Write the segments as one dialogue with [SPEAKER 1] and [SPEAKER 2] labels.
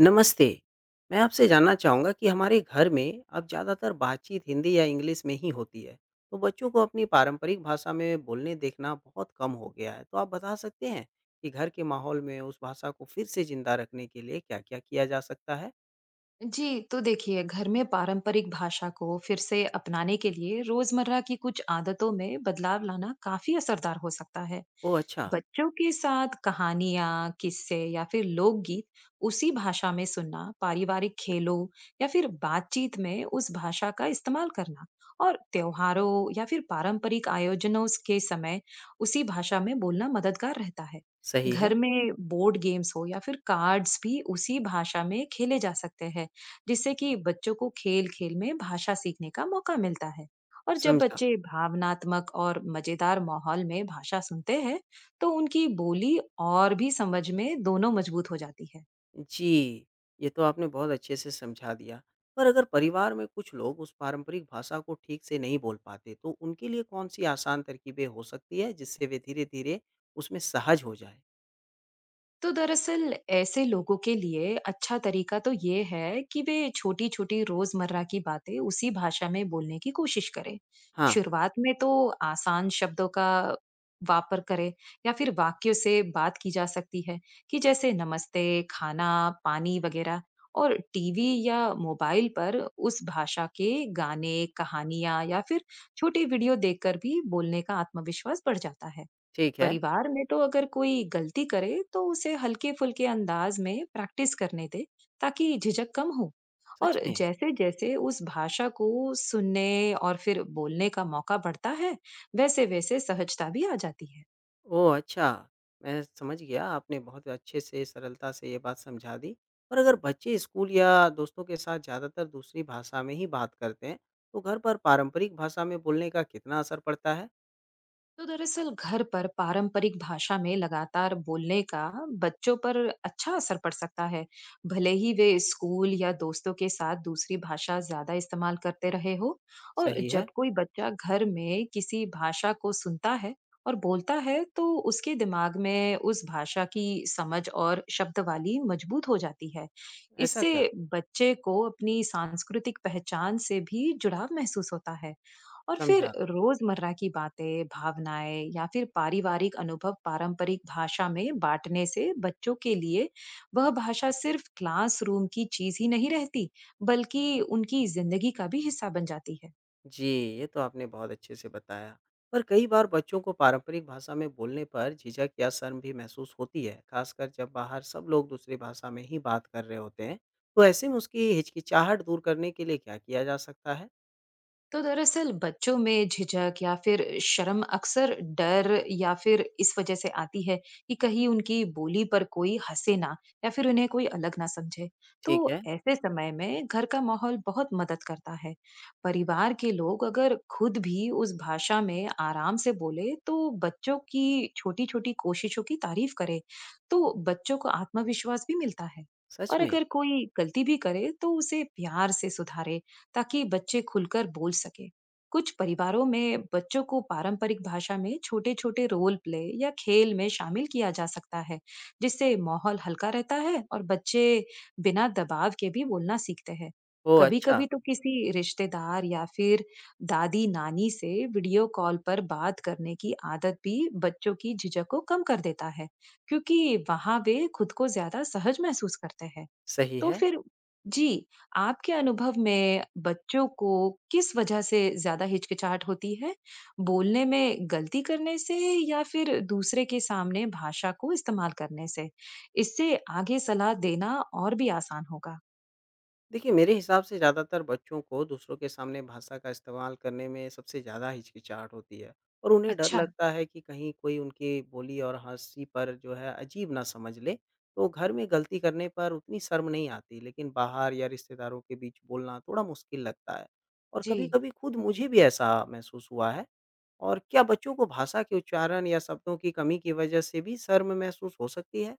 [SPEAKER 1] नमस्ते। मैं आपसे जानना चाहूँगा कि हमारे घर में अब ज़्यादातर बातचीत हिंदी या इंग्लिश में ही होती है, तो बच्चों को अपनी पारंपरिक भाषा में बोलने देखना बहुत कम हो गया है। तो आप बता सकते हैं कि घर के माहौल में उस भाषा को फिर से ज़िंदा रखने के लिए क्या-क्या किया जा सकता है?
[SPEAKER 2] जी, तो देखिए घर में पारंपरिक भाषा को फिर से अपनाने के लिए रोजमर्रा की कुछ आदतों में बदलाव लाना काफी असरदार हो सकता है।
[SPEAKER 1] ओह अच्छा,
[SPEAKER 2] बच्चों के साथ कहानियां, किस्से या फिर लोकगीत उसी भाषा में सुनना, पारिवारिक खेलों या फिर बातचीत में उस भाषा का इस्तेमाल करना और त्योहारों या फिर पारंपरिक आयोजनों के समय उसी भाषा में बोलना मददगार रहता है।
[SPEAKER 1] सही है,
[SPEAKER 2] घर में बोर्ड गेम्स हो या फिर कार्ड्स भी उसी भाषा में खेले जा सकते हैं, जिससे कि बच्चों को खेल-खेल में भाषा सीखने का मौका मिलता है। और जब
[SPEAKER 1] समझा।
[SPEAKER 2] बच्चे भावनात्मक और मजेदार माहौल में भाषा सुनते हैं, तो उनकी बोली और भी समझ में दोनों मजबूत हो जाती है।
[SPEAKER 1] जी, ये तो आपने बहुत अच्छे से समझा दिया। पर अगर परिवार में कुछ लोग उस पारंपरिक भाषा को ठीक से नहीं बोल पाते, तो उनके लिए कौन-सी आसान तरकीबें हो सकती है, जिससे वे धीरे-धीरे उसमें सहज हो जाएँ?
[SPEAKER 2] तो दरअसल ऐसे लोगों के लिए अच्छा तरीका तो ये है कि वे छोटी छोटी रोजमर्रा की बातें उसी भाषा में बोलने की कोशिश करें।
[SPEAKER 1] हाँ,
[SPEAKER 2] शुरुआत में तो आसान शब्दों का वापर करें या फिर वाक्यों से बात की जा सकती है, कि जैसे नमस्ते, खाना, पानी वगैरह। और टीवी या मोबाइल पर उस भाषा के गाने, कहानियां या फिर छोटे वीडियो देखकर भी बोलने का आत्मविश्वास बढ़ जाता है।
[SPEAKER 1] ठीक है।
[SPEAKER 2] परिवार में तो अगर कोई गलती करे तो उसे हल्के-फुल्के अंदाज में प्रैक्टिस करने दे, ताकि झिझक कम हो।
[SPEAKER 1] सच
[SPEAKER 2] और
[SPEAKER 1] में?
[SPEAKER 2] जैसे-जैसे उस भाषा को सुनने और फिर बोलने का मौका बढ़ता है, वैसे-वैसे सहजता भी आ जाती है।
[SPEAKER 1] ओह! अच्छा, मैं समझ गया, आपने बहुत अच्छे से, सरलता से ये बात समझा दी। पर अगर बच्चे स्कूल या दोस्तों के साथ ज़्यादातर दूसरी भाषा में ही बात करते हैं, तो घर पर पारंपरिक भाषा में बोलने का कितना असर पड़ता है?
[SPEAKER 2] तो दरअसल घर पर पारंपरिक भाषा में लगातार बोलने का बच्चों पर अच्छा असर पड़ सकता है, भले ही वे स्कूल या दोस्तों के साथ दूसरी भाषा ज्यादा इस्तेमाल करते रहे हो। और
[SPEAKER 1] सही
[SPEAKER 2] जब
[SPEAKER 1] है,
[SPEAKER 2] कोई बच्चा घर में किसी भाषा को सुनता है और बोलता है, तो उसके दिमाग में उस भाषा की समझ और शब्दावली मजबूत हो जाती है।
[SPEAKER 1] ऐसा
[SPEAKER 2] इससे
[SPEAKER 1] क्या?
[SPEAKER 2] बच्चे को अपनी सांस्कृतिक पहचान से भी जुड़ाव महसूस होता है। और फिर
[SPEAKER 1] समझा।
[SPEAKER 2] रोजमर्रा की बातें, भावनाएं या फिर पारिवारिक अनुभव पारंपरिक भाषा में बांटने से बच्चों के लिए वह भाषा सिर्फ क्लासरूम की चीज ही नहीं रहती, बल्कि उनकी जिंदगी का भी हिस्सा बन जाती है।
[SPEAKER 1] जी, ये तो आपने बहुत अच्छे से बताया। पर कई बार बच्चों को पारंपरिक भाषा में बोलने पर झिझक या शर्म भी महसूस होती है, खासकर जब बाहर सब लोग दूसरी भाषा में ही बात कर रहे होते हैं। तो ऐसे में उसकी हिचकिचाहट दूर करने के लिए क्या किया जा सकता है?
[SPEAKER 2] तो दरअसल बच्चों में झिझक या फिर शर्म अक्सर डर या फिर इस वजह से आती है कि कहीं उनकी बोली पर कोई हंसे ना, या फिर उन्हें कोई अलग ना समझे। तो
[SPEAKER 1] ठीक है।
[SPEAKER 2] ऐसे समय में घर का माहौल बहुत मदद करता है। परिवार के लोग अगर खुद भी उस भाषा में आराम से बोले, तो बच्चों की छोटी छोटी कोशिशों की तारीफ करे, तो बच्चों को आत्मविश्वास भी मिलता है।
[SPEAKER 1] सच
[SPEAKER 2] और
[SPEAKER 1] में?
[SPEAKER 2] अगर कोई गलती भी करे तो उसे प्यार से सुधारे, ताकि बच्चे खुलकर बोल सके। कुछ परिवारों में बच्चों को पारंपरिक भाषा में छोटे छोटे रोल प्ले या खेल में शामिल किया जा सकता है, जिससे माहौल हल्का रहता है और बच्चे बिना दबाव के भी बोलना सीखते हैं।
[SPEAKER 1] ओह
[SPEAKER 2] कभी
[SPEAKER 1] अच्छा,
[SPEAKER 2] कभी तो किसी रिश्तेदार या फिर दादी नानी से वीडियो कॉल पर बात करने की आदत भी बच्चों की झिझक को कम कर देता है, क्योंकि वहां वे खुद को ज्यादा सहज महसूस करते हैं।
[SPEAKER 1] सही
[SPEAKER 2] तो
[SPEAKER 1] है।
[SPEAKER 2] फिर, जी, आपके अनुभव में बच्चों को किस वजह से ज़्यादा हिचकिचाहट होती है? बोलने में गलती करने से, या फिर दूसरे के सामने भाषा को इस्तेमाल करने से? इससे आगे सलाह देना और भी आसान होगा।
[SPEAKER 1] देखिए, मेरे हिसाब से ज़्यादातर बच्चों को दूसरों के सामने भाषा का इस्तेमाल करने में सबसे ज़्यादा हिचकिचाहट होती है और उन्हें डर
[SPEAKER 2] अच्छा।
[SPEAKER 1] लगता है कि कहीं कोई उनकी बोली और हँसी पर जो है अजीब ना समझ ले। तो घर में गलती करने पर उतनी शर्म नहीं आती, लेकिन बाहर या रिश्तेदारों के बीच बोलना थोड़ा मुश्किल लगता है और
[SPEAKER 2] जी।
[SPEAKER 1] कभी-कभी खुद मुझे भी ऐसा महसूस हुआ है। और क्या बच्चों को भाषा के उच्चारण या शब्दों की कमी की वजह से भी शर्म महसूस हो सकती है?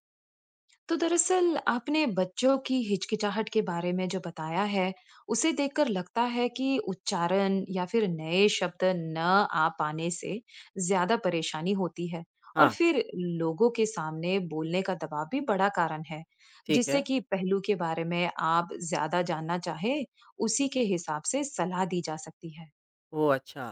[SPEAKER 2] तो दरअसल आपने बच्चों की हिचकिचाहट के बारे में जो बताया है, उसे देखकर लगता है कि उच्चारण या फिर नए शब्द न आ पाने से ज्यादा परेशानी होती है। और
[SPEAKER 1] हाँ,
[SPEAKER 2] फिर लोगों के सामने बोलने का दबाव भी बड़ा कारण है,
[SPEAKER 1] ठीक
[SPEAKER 2] जिससे
[SPEAKER 1] है।
[SPEAKER 2] कि पहलू के बारे में आप ज्यादा जानना चाहे, उसी के हिसाब से सलाह दी जा सकती है।
[SPEAKER 1] ओह! अच्छा।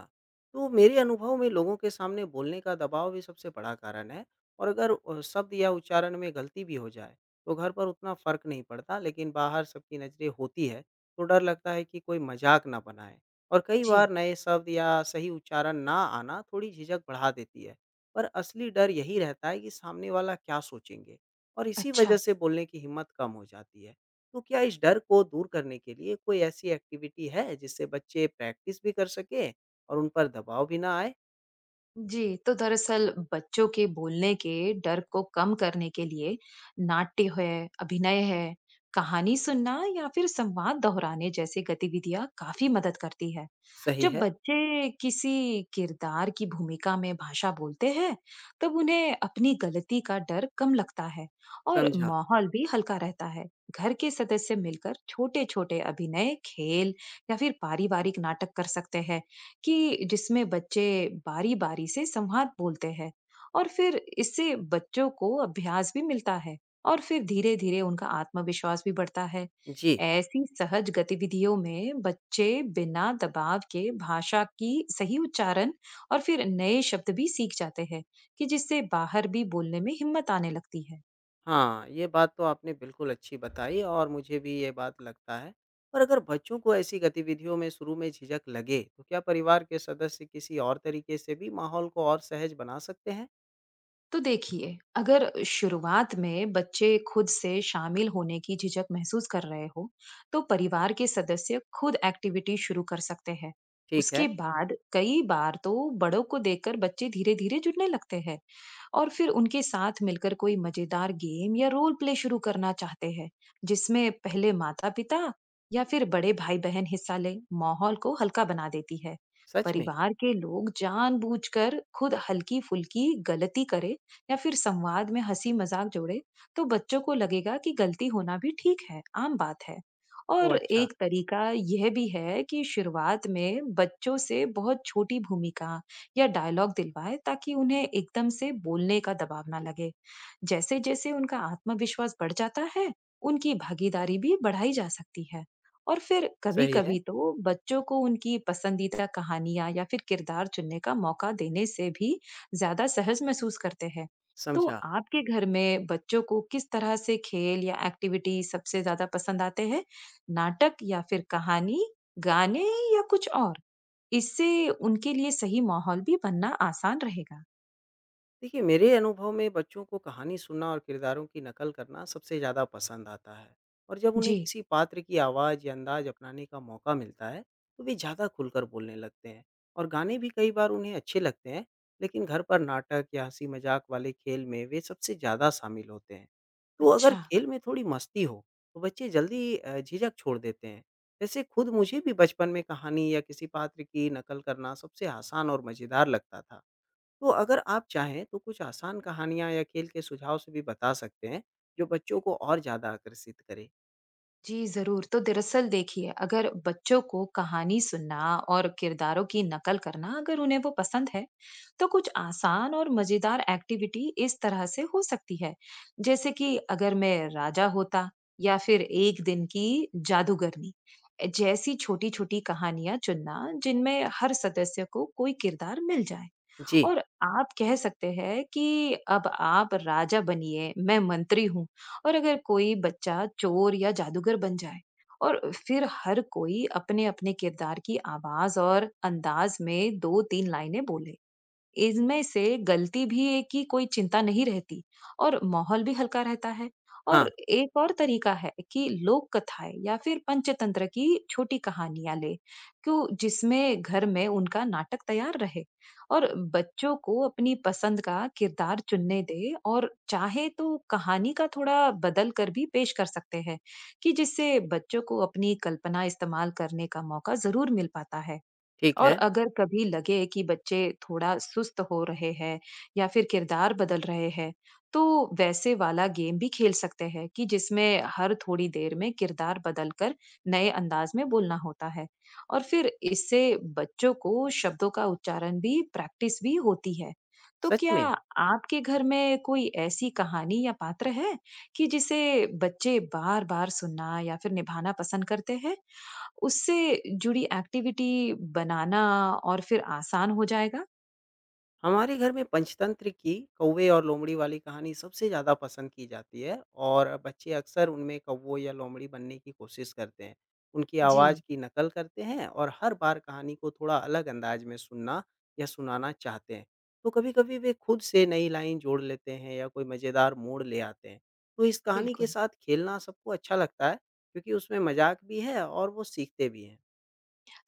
[SPEAKER 1] तो मेरे अनुभव में लोगों के सामने बोलने का दबाव भी सबसे बड़ा कारण है और अगर शब्द या उच्चारण में गलती भी हो जाए, तो घर पर उतना फ़र्क नहीं पड़ता, लेकिन बाहर सबकी नज़रें होती है, तो डर लगता है कि कोई मज़ाक ना बनाए और कई बार
[SPEAKER 2] जी,
[SPEAKER 1] नए शब्द या सही उच्चारण ना आना थोड़ी झिझक बढ़ा देती है। पर असली डर यही रहता है कि सामने वाला क्या सोचेंगे और इसी
[SPEAKER 2] अच्छा।
[SPEAKER 1] वजह से बोलने की हिम्मत कम हो जाती है। तो क्या इस डर को दूर करने के लिए कोई ऐसी एक्टिविटी है जिससे बच्चे प्रैक्टिस भी कर सकें और उन पर दबाव भी ना आए?
[SPEAKER 2] जी, तो दरअसल बच्चों के बोलने के डर को कम करने के लिए नाट्य है, अभिनय है, कहानी सुनना या फिर संवाद दोहराने जैसी गतिविधियां काफी मदद करती है।
[SPEAKER 1] सही
[SPEAKER 2] जब
[SPEAKER 1] है।
[SPEAKER 2] बच्चे किसी किरदार की भूमिका में भाषा बोलते हैं, तब उन्हें अपनी गलती का डर कम लगता है और
[SPEAKER 1] समझा।
[SPEAKER 2] माहौल भी हल्का रहता है। घर के सदस्य मिलकर छोटे-छोटे अभिनय, खेल या फिर पारिवारिक नाटक कर सकते हैं, कि जिसमें बच्चे बारी-बारी से संवाद बोलते हैं, और फिर इससे बच्चों को अभ्यास भी मिलता है, और फिर धीरे-धीरे उनका आत्मविश्वास भी बढ़ता है।
[SPEAKER 1] जी,
[SPEAKER 2] ऐसी सहज गतिविधियों में बच्चे बिना दबाव के भाषा की सही उच्चारण और फिर नए शब्द भी सीख जाते हैं, कि जिससे बाहर भी बोलने में हिम्मत आने लगती है।
[SPEAKER 1] हाँ, ये बात तो आपने बिल्कुल अच्छी बताई और मुझे भी ये बात लगता है। पर अगर बच्चों को ऐसी गतिविधियों में शुरू में झिझक लगे, तो क्या परिवार के सदस्य किसी और तरीके से भी माहौल को और सहज बना सकते हैं?
[SPEAKER 2] तो देखिए, अगर शुरुआत में बच्चे खुद से शामिल होने की झिझक महसूस कर रहे हो, तो परिवार के सदस्य खुद एक्टिविटी शुरू कर सकते हैं।
[SPEAKER 1] ठीक
[SPEAKER 2] उसके
[SPEAKER 1] है।
[SPEAKER 2] बाद कई बार तो बड़ों को देखकर बच्चे धीरे-धीरे जुड़ने लगते हैं, और फिर उनके साथ मिलकर कोई मजेदार गेम या रोल प्ले शुरू करना चाहते हैं, जिसमें पहले माता-पिता या फिर बड़े भाई-बहन हिस्सा लें। माहौल को हल्का बना देती है।
[SPEAKER 1] सच में?
[SPEAKER 2] परिवार के लोग जानबूझकर खुद हल्की-फुल्की गलती करें या फिर संवाद में हंसी मजाक जोड़े, तो बच्चों को लगेगा कि गलती होना भी ठीक है, आम बात है।
[SPEAKER 1] ओह
[SPEAKER 2] और
[SPEAKER 1] अच्छा,
[SPEAKER 2] एक तरीका यह भी है कि शुरुआत में बच्चों से बहुत छोटी भूमिका या डायलॉग दिलवाए, ताकि उन्हें एकदम से बोलने का दबाव ना लगे। जैसे जैसे उनका आत्मविश्वास बढ़ जाता है, उनकी भागीदारी भी बढ़ाई जा सकती है। और फिर कभी
[SPEAKER 1] सही है,
[SPEAKER 2] कभी तो बच्चों को उनकी पसंदीदा कहानियां या फिर किरदार चुनने का मौका देने से भी ज्यादा सहज महसूस करते हैं। तो
[SPEAKER 1] समझा।
[SPEAKER 2] आपके घर में बच्चों को किस तरह से खेल या एक्टिविटी सबसे ज्यादा पसंद आते हैं? नाटक या फिर कहानी, गाने या कुछ और? इससे उनके लिए सही माहौल भी बनना आसान रहेगा।
[SPEAKER 1] देखिए, मेरे अनुभव में बच्चों को कहानी सुनना और किरदारों की नकल करना सबसे ज़्यादा पसंद आता है और जब उन्हें
[SPEAKER 2] जी,
[SPEAKER 1] किसी पात्र की आवाज़ या अंदाज अपनाने का मौका मिलता है, तो वे ज़्यादा खुलकर बोलने लगते हैं और गाने भी कई बार उन्हें अच्छे लगते हैं, लेकिन घर पर नाटक या हँसी मज़ाक वाले खेल में वे सबसे ज़्यादा शामिल होते हैं। तो अगर
[SPEAKER 2] अच्छा।
[SPEAKER 1] खेल में थोड़ी मस्ती हो, तो बच्चे जल्दी झिझक छोड़ देते हैं। जैसे खुद मुझे भी बचपन में कहानी या किसी पात्र की नकल करना सबसे आसान और मज़ेदार लगता था। तो अगर आप चाहें तो कुछ आसान कहानियाँ या खेल के सुझाव से भी बता सकते हैं, जो बच्चों को और ज़्यादा आकर्षित करे।
[SPEAKER 2] जी, ज़रूर। तो दरअसल देखिए, अगर बच्चों को कहानी सुनना और किरदारों की नकल करना अगर उन्हें वो पसंद है, तो कुछ आसान और मज़ेदार एक्टिविटी इस तरह से हो सकती है। जैसे कि अगर मैं राजा होता या फिर एक दिन की जादूगरनी जैसी छोटी-छोटी कहानियाँ चुनना, जिनमें हर सदस्य को कोई किरदार मिल जाए।
[SPEAKER 1] जी,
[SPEAKER 2] और आप कह सकते हैं कि अब आप राजा बनिए, मैं मंत्री हूँ। और अगर कोई बच्चा चोर या जादूगर बन जाए, और फिर हर कोई अपने अपने किरदार की आवाज और अंदाज में दो तीन लाइनें बोले। इनमें से गलती भी है कि कोई चिंता नहीं रहती, और माहौल भी हल्का रहता है। और
[SPEAKER 1] हाँ,
[SPEAKER 2] एक और तरीका है कि लोक कथाएँ या फिर पंचतंत्र की छोटी कहानियाँ ले, क्यों जिसमें घर में उनका नाटक तैयार रहे। और बच्चों को अपनी पसंद का किरदार चुनने दे, और चाहे तो कहानी का थोड़ा बदल कर भी पेश कर सकते हैं, कि जिससे बच्चों को अपनी कल्पना इस्तेमाल करने का मौका ज़रूर मिल पाता है।
[SPEAKER 1] ठीक
[SPEAKER 2] और
[SPEAKER 1] है,
[SPEAKER 2] अगर कभी लगे कि बच्चे थोड़ा सुस्त हो रहे हैं या फिर किरदार बदल रहे हैं, तो वैसे वाला गेम भी खेल सकते हैं, कि जिसमें हर थोड़ी देर में किरदार बदलकर नए अंदाज में बोलना होता है। और फिर इससे बच्चों को शब्दों का उच्चारण भी प्रैक्टिस भी होती है। तो
[SPEAKER 1] सच
[SPEAKER 2] क्या
[SPEAKER 1] में।
[SPEAKER 2] आपके घर में कोई ऐसी कहानी या पात्र है, कि जिसे बच्चे बार-बार सुनना या फिर निभाना पसंद करते हैं? उससे जुड़ी एक्टिविटी बनाना और फिर आसान हो जाएगा?
[SPEAKER 1] हमारे घर में पंचतंत्र की कौवे और लोमड़ी वाली कहानी सबसे ज़्यादा पसंद की जाती है और बच्चे अक्सर उनमें कौवे या लोमड़ी बनने की कोशिश करते हैं, उनकी आवाज़
[SPEAKER 2] जी,
[SPEAKER 1] की नकल करते हैं और हर बार कहानी को थोड़ा अलग अंदाज में सुनना या सुनाना चाहते हैं। तो कभी कभी वे खुद से नई लाइन जोड़ लेते हैं या कोई मज़ेदार मोड़ ले आते हैं। तो इस कहानी के
[SPEAKER 2] बिल्कुल।
[SPEAKER 1] साथ खेलना सबको अच्छा लगता है क्योंकि उसमें मजाक भी है और वो सीखते भी हैं।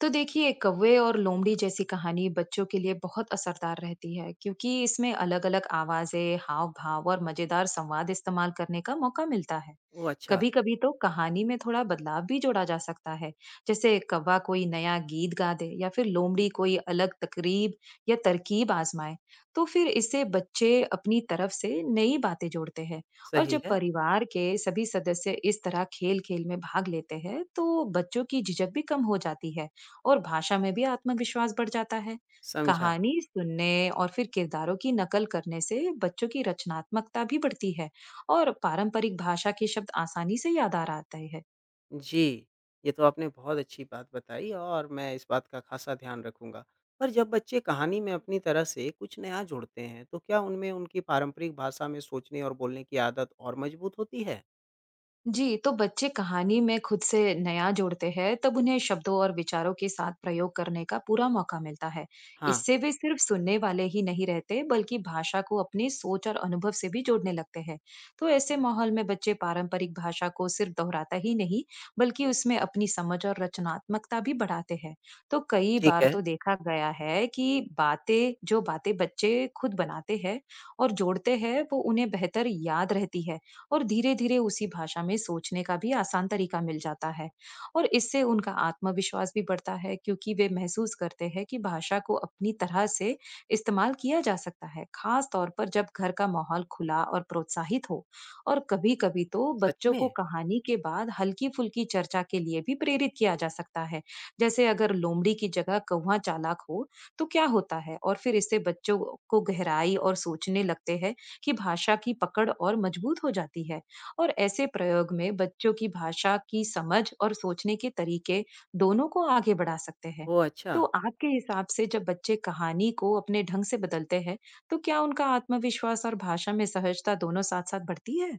[SPEAKER 2] तो देखिए कौवे और लोमड़ी जैसी कहानी बच्चों के लिए बहुत असरदार रहती है, क्योंकि इसमें अलग-अलग आवाजें, हाव-भाव और मजेदार संवाद इस्तेमाल करने का मौका मिलता है।
[SPEAKER 1] वो अच्छा।
[SPEAKER 2] कभी-कभी तो कहानी में थोड़ा बदलाव भी जोड़ा जा सकता है, जैसे कौवा कोई नया गीत गा दे या फिर लोमड़ी कोई अलग तकरीब या तरकीब आजमाए। तो फिर इससे बच्चे अपनी तरफ से नई बातें जोड़ते हैं। और
[SPEAKER 1] सही
[SPEAKER 2] जब
[SPEAKER 1] है।
[SPEAKER 2] परिवार के सभी सदस्य इस तरह खेल-खेल में भाग लेते हैं, तो बच्चों की झिझक भी कम हो जाती है। और भाषा में भी आत्मविश्वास बढ़ जाता है।
[SPEAKER 1] समझा।
[SPEAKER 2] कहानी सुनने और फिर किरदारों की नकल करने से बच्चों की रचनात्मकता भी बढ़ती है और पारंपरिक भाषा के शब्द आसानी से याद आ आते हैं।
[SPEAKER 1] जी, ये तो आपने बहुत अच्छी बात बताई और मैं इस बात का ख़ासा ध्यान रखूँगा। पर जब बच्चे कहानी में अपनी तरह से कुछ नया जोड़ते हैं, तो क्या उनमें उनकी पारंपरिक भाषा में सोचने और बोलने की आदत और मज़बूत होती है?
[SPEAKER 2] जी, तो बच्चे कहानी में खुद से नया जोड़ते हैं, तब उन्हें शब्दों और विचारों के साथ प्रयोग करने का पूरा मौका मिलता है।
[SPEAKER 1] हाँ,
[SPEAKER 2] इससे वे सिर्फ सुनने वाले ही नहीं रहते, बल्कि भाषा को अपनी सोच और अनुभव से भी जोड़ने लगते हैं। तो ऐसे माहौल में बच्चे पारंपरिक भाषा को सिर्फ दोहराता ही नहीं, बल्कि उसमें अपनी समझ और रचनात्मकता भी बढ़ाते हैं। तो कई
[SPEAKER 1] ठीक
[SPEAKER 2] बार
[SPEAKER 1] है।
[SPEAKER 2] तो देखा गया है कि बातें बच्चे खुद बनाते हैं और जोड़ते हैं, वो उन्हें बेहतर याद रहती है। और धीरे-धीरे उसी भाषा में सोचने का भी आसान तरीका मिल जाता है। और इससे उनका आत्मविश्वास भी बढ़ता है, क्योंकि वे महसूस करते हैं कि भाषा को अपनी तरह से इस्तेमाल किया जा सकता है, खास तौर पर जब घर का माहौल खुला और प्रोत्साहित हो। और कभी-कभी तो
[SPEAKER 1] सच
[SPEAKER 2] बच्चों
[SPEAKER 1] में?
[SPEAKER 2] को कहानी के बाद हल्की-फुल्की चर्चा के लिए भी प्रेरित किया जा सकता है। जैसे अगर लोमड़ी की जगह कौवा चालाक हो तो क्या होता है? और फिर इससे बच्चों को गहराई और सोचने लगते हैं, की भाषा की पकड़ और मजबूत हो जाती है। और ऐसे प्रयोग में बच्चों की भाषा की समझ और सोचने के तरीके दोनों को आगे बढ़ा सकते हैं।
[SPEAKER 1] ओह! अच्छा।
[SPEAKER 2] तो आपके हिसाब से जब बच्चे कहानी को अपने ढंग से बदलते हैं, तो क्या उनका आत्मविश्वास और भाषा में सहजता दोनों साथ साथ बढ़ती है?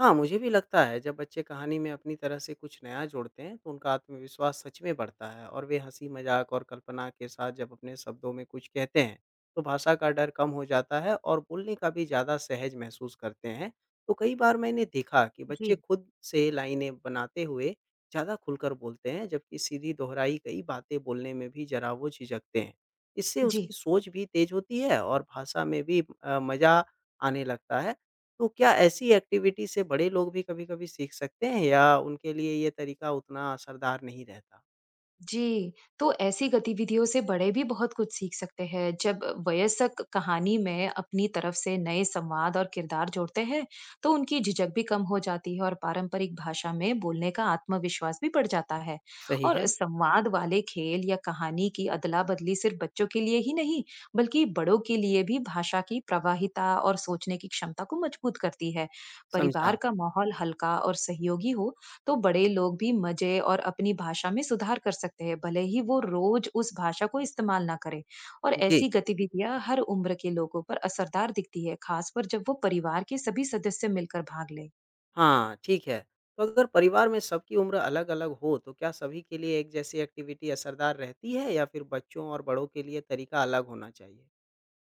[SPEAKER 1] हाँ, मुझे भी लगता है जब बच्चे कहानी में अपनी तरह से कुछ नया जोड़ते हैं तो उनका आत्मविश्वास सच में बढ़ता है और वे हंसी मजाक और कल्पना के साथ जब अपने शब्दों में कुछ कहते हैं तो भाषा का डर कम हो जाता है और बोलने का भी ज़्यादा सहज महसूस करते हैं। तो कई बार मैंने देखा कि
[SPEAKER 2] जी।
[SPEAKER 1] बच्चे खुद से लाइनें बनाते हुए ज़्यादा खुलकर बोलते हैं जबकि सीधी दोहराई गई बातें बोलने में भी जरा वो झिझकते हैं। इससे
[SPEAKER 2] जी।
[SPEAKER 1] उसकी सोच भी तेज होती है और भाषा में भी मज़ा आने लगता है। तो क्या ऐसी एक्टिविटी से बड़े लोग भी कभी-कभी सीख सकते हैं या उनके लिए ये तरीका उतना असरदार नहीं रहता?
[SPEAKER 2] जी, तो ऐसी गतिविधियों से बड़े भी बहुत कुछ सीख सकते हैं। जब वयस्क कहानी में अपनी तरफ से नए संवाद और किरदार जोड़ते हैं, तो उनकी झिझक भी कम हो जाती है और पारंपरिक भाषा में बोलने का आत्मविश्वास भी बढ़ जाता है।
[SPEAKER 1] सही
[SPEAKER 2] और
[SPEAKER 1] है,
[SPEAKER 2] संवाद वाले खेल या कहानी की अदला-बदली सिर्फ बच्चों के लिए ही नहीं, बल्कि बड़ों के लिए भी भाषा की प्रवाहिता और सोचने की क्षमता को मजबूत करती है।
[SPEAKER 1] समझा।
[SPEAKER 2] परिवार का माहौल हल्का और सहयोगी हो, तो बड़े लोग भी मजे और अपनी भाषा में सुधार कर सकते हैं, भले ही वो रोज उस भाषा को इस्तेमाल ना करें। और ऐसी
[SPEAKER 1] जी,
[SPEAKER 2] गतिविधियां हर उम्र के लोगों पर असरदार दिखती है, खासकर जब वो परिवार के सभी सदस्य मिलकर भाग ले।
[SPEAKER 1] हाँ, ठीक है। तो अगर परिवार में सबकी उम्र अलग-अलग हो तो क्या सभी के लिए एक जैसी एक्टिविटी असरदार रहती है या फिर बच्चों और बड़ों के लिए तरीका अलग होना चाहिए?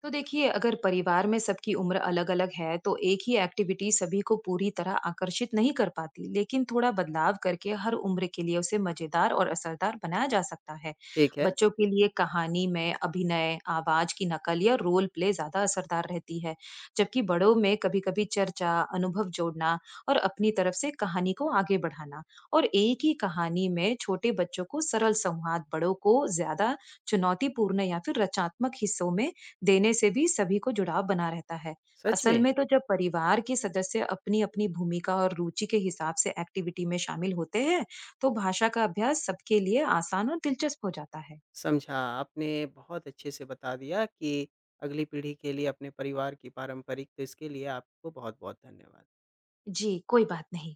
[SPEAKER 2] तो देखिए अगर परिवार में सबकी उम्र अलग-अलग है, तो एक ही एक्टिविटी सभी को पूरी तरह आकर्षित नहीं कर पाती, लेकिन थोड़ा बदलाव करके हर उम्र के लिए उसे मजेदार और असरदार बनाया जा सकता है।
[SPEAKER 1] ठीक है,
[SPEAKER 2] बच्चों के लिए कहानी में अभिनय, आवाज की नकल या रोल प्ले ज्यादा असरदार रहती है, जबकि बड़ों में कभी-कभी चर्चा, अनुभव जोड़ना और अपनी तरफ से कहानी को आगे बढ़ाना। और एक ही कहानी में छोटे बच्चों को सरल संवाद, बड़ों को ज्यादा चुनौतीपूर्ण या फिर रचनात्मक हिस्सों में देने से भी सभी को जुड़ाव बना रहता है।
[SPEAKER 1] सच
[SPEAKER 2] असल
[SPEAKER 1] में?
[SPEAKER 2] में तो जब परिवार के सदस्य अपनी-अपनी भूमिका और रुचि के हिसाब से एक्टिविटी में शामिल होते हैं, तो भाषा का अभ्यास सबके लिए आसान और दिलचस्प हो जाता है।
[SPEAKER 1] समझा, आपने बहुत अच्छे से बता दिया कि अगली पीढ़ी के लिए अपने परिवार की पारंपरिक तो इसके लिए आपको बहुत-बहुत धन्यवाद।
[SPEAKER 2] जी, कोई बात नहीं।